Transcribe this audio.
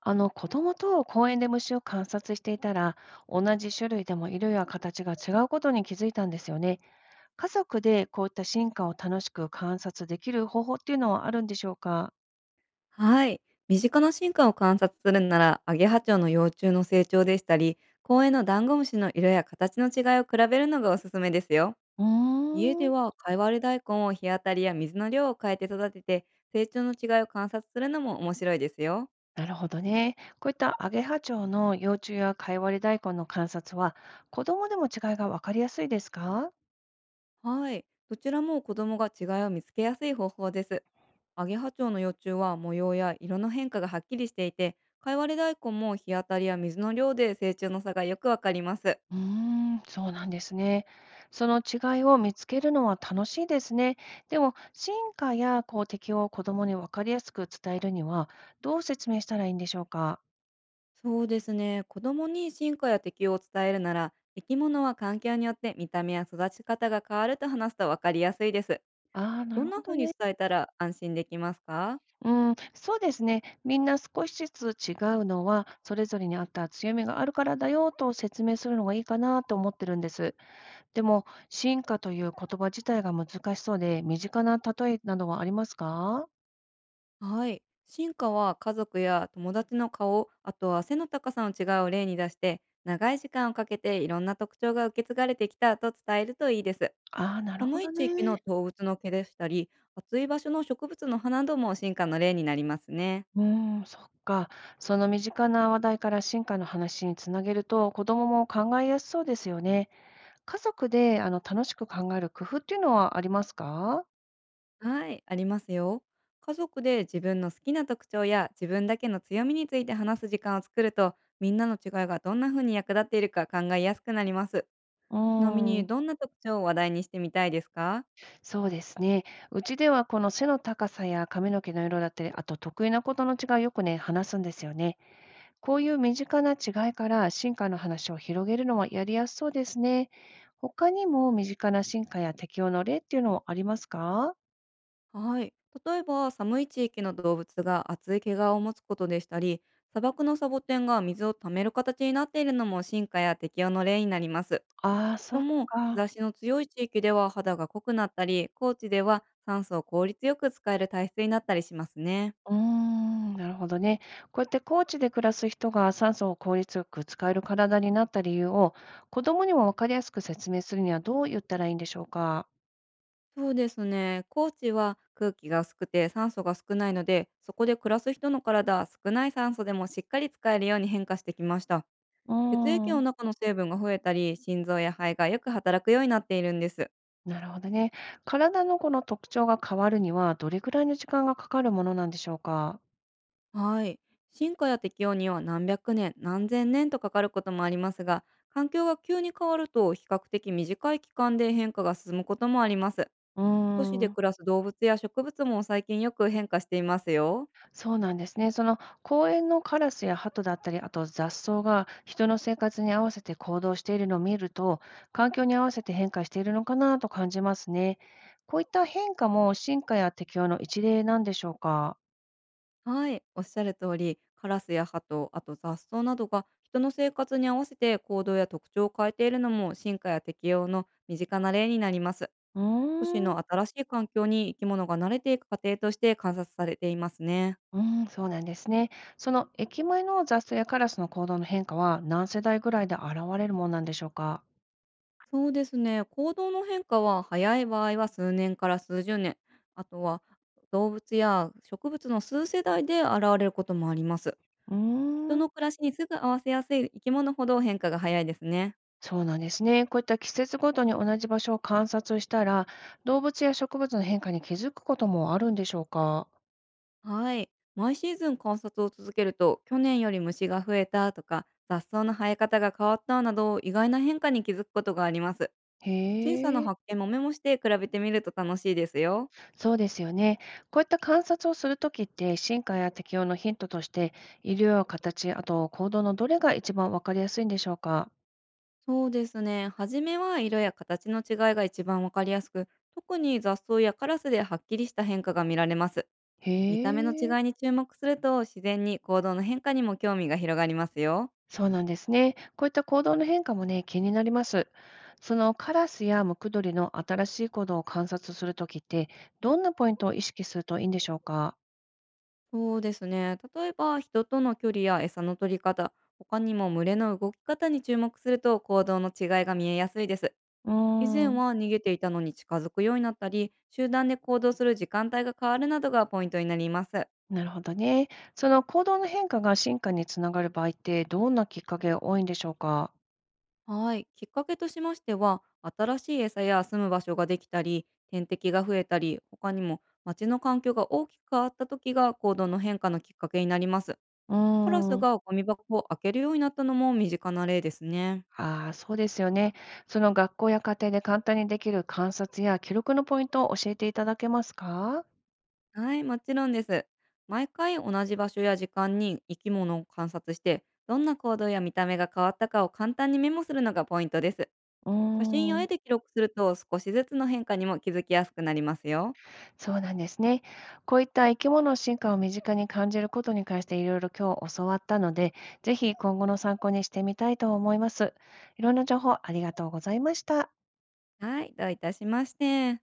子供と公園で虫を観察していたら、同じ種類でも色や形が違うことに気づいたんですよね。家族でこういった進化を楽しく観察できる方法っていうのはあるんでしょうか。はい。身近な進化を観察するなら、アゲハチョウの幼虫の成長でしたり、公園のダンゴムシの色や形の違いを比べるのがおすすめですよ。うー家でん、は、カイワレ大根を日当たりや水の量を変えて育てて、成長の違いを観察するのも面白いですよ。なるほどね。こういったアゲハチョウの幼虫やカイワレダイコンの観察は、子供でも違いがわかりやすいですか。はい。どちらも子供が違いを見つけやすい方法です。アゲハチョウの幼虫は模様や色の変化がはっきりしていて、カイワレ大根も日当たりや水の量で成長の差がよくわかります。うーん、そうなんですね。その違いを見つけるのは楽しいですね。でも、進化やこう適応を子どもに分かりやすく伝えるには、どう説明したらいいんでしょうか。そうですね。子供に進化や適応を伝えるなら、生き物は環境によって見た目や育ち方が変わると話すと分かりやすいです。ああ、などるんなほど風にね。伝えたら安心できますか？うん、そうですね。みんな少しずつ違うのは、それぞれに合った強みがあるからだよと説明するのがいいかなと思ってるんです。でも、進化という言葉自体が難しそうで、身近な例えなどはありますか。はい。進化は家族や友達の顔、あとは背の高さの違いを例に出して、長い時間をかけていろんな特徴が受け継がれてきたと伝えるといいです。ああー、なるほ寒いど地域のね。動物の毛でしたり、暑い場所の植物の葉なども進化の例になりますね。うーん、そっか。その身近な話題から進化の話につなげると、子供も考えやすそうですよね。家族で楽しく考える工夫っていうのはありますか？はい、ありますよ。家族で自分の好きな特徴や自分だけの強みについて話す時間を作ると、みんなの違いがどんな風に役立っているか考えやすくなります。うーちなみに、ん、どんな特徴を話題にしてみたいですか？そうですね。うちではこの背の高さや髪の毛の色だったり、あと得意なことの違いをよくね、話すんですよね。こういう身近な違いから進化の話を広げるのはやりやすそうですね。他にも身近な進化や適応の例っていうのもありますか？はい。例えば、寒い地域の動物が厚い毛皮を持つことでしたり、砂漠のサボテンが水を貯める形になっているのも進化や適応の例になります。ああー、そ人っも日差か。しの強い地域では肌が濃くなったり、高地では酸素を効率よく使える体質になったりしますね。うーん、なるほどね。こうやって高地で暮らす人が酸素を効率よく使える体になった理由を子供にも分かりやすく説明するにはどう言ったらいいんでしょうか？そうですね。高地は空気が薄くて酸素が少ないので、そこで暮らす人の体は少ない酸素でもしっかり使えるように変化してきました。うー血液のん、中の成分が増えたり、心臓や肺がよく働くようになっているんです。なるほどね。体のこの特徴が変わるにはどれくらいの時間がかかるものなんでしょうか？はい。進化や適応には何百年、何千年とかかることもありますが、環境が急に変わると比較的短い期間で変化が進むこともあります。うー都市でん。暮らす動物や植物も最近よく変化していますよ。そうなんですね。その公園のカラスやハトだったり、あと雑草が人の生活に合わせて行動しているのを見ると、環境に合わせて変化しているのかなと感じますね。こういった変化も進化や適応の一例なんでしょうか。はい、おっしゃる通り、カラスやハト、あと雑草などが人の生活に合わせて行動や特徴を変えているのも進化や適応の身近な例になります。う都市ーん、の新しい環境に生き物が慣れていく過程として観察されていますね。うん、そうなんですね。その駅前の雑草やカラスの行動の変化は何世代ぐらいで現れるものなんでしょうか。そうですね。行動の変化は早い場合は数年から数十年、あとは動物や植物の数世代で現れることもあります。う人ーん。の暮らしにすぐ合わせやすい生き物ほど変化が早いですね。そうなんですね。こういった季節ごとに同じ場所を観察したら、動物や植物の変化に気づくこともあるんでしょうか。はい。毎シーズン観察を続けると、去年より虫が増えたとか、雑草の生え方が変わったなど、意外な変化に気づくことがあります。小さなへえ、発見もメモして比べてみると楽しいですよ。そうですよね。こういった観察をするときって、進化や適応のヒントとして、色や形、あと行動のどれが一番わかりやすいんでしょうか。そうですね。初めは色や形の違いが一番わかりやすく、特に雑草やカラスではっきりした変化が見られます。へ見た目の違え、いに注目すると、自然に行動の変化にも興味が広がりますよ。そうなんですね。こういった行動の変化もね、気になります。そのカラスやムクドリの新しい行動を観察するときって、どんなポイントを意識するといいんでしょうか。そうですね。例えば、人との距離や餌の取り方、他にも群れの動き方に注目すると行動の違いが見えやすいです。う以ー前ん。は逃げていたのに近づくようになったり、集団で行動する時間帯が変わるなどがポイントになります。なるほどね。その行動の変化が進化につながる場合って、どんなきっかけが多いんでしょうか？はい。きっかけとしましては、新しい餌や住む場所ができたり、天敵が増えたり、他にも街の環境が大きく変わった時が行動の変化のきっかけになります。うカラスーん。がゴミ箱を開けるようになったのも身近な例ですね。ああ、そうですよね。その学校や家庭で簡単にできる観察や記録のポイントを教えていただけますか？はい、もちろんです。毎回同じ場所や時間に生き物を観察して、どんな行動や見た目が変わったかを簡単にメモするのがポイントです。うー写真や絵ん、で記録すると少しずつの変化にも気づきやすくなりますよ。そうなんですね。こういった生き物の進化を身近に感じることに関していろいろ今日教わったので、ぜひ今後の参考にしてみたいと思います。いろんな情報ありがとうございました。はい、どういたしまして。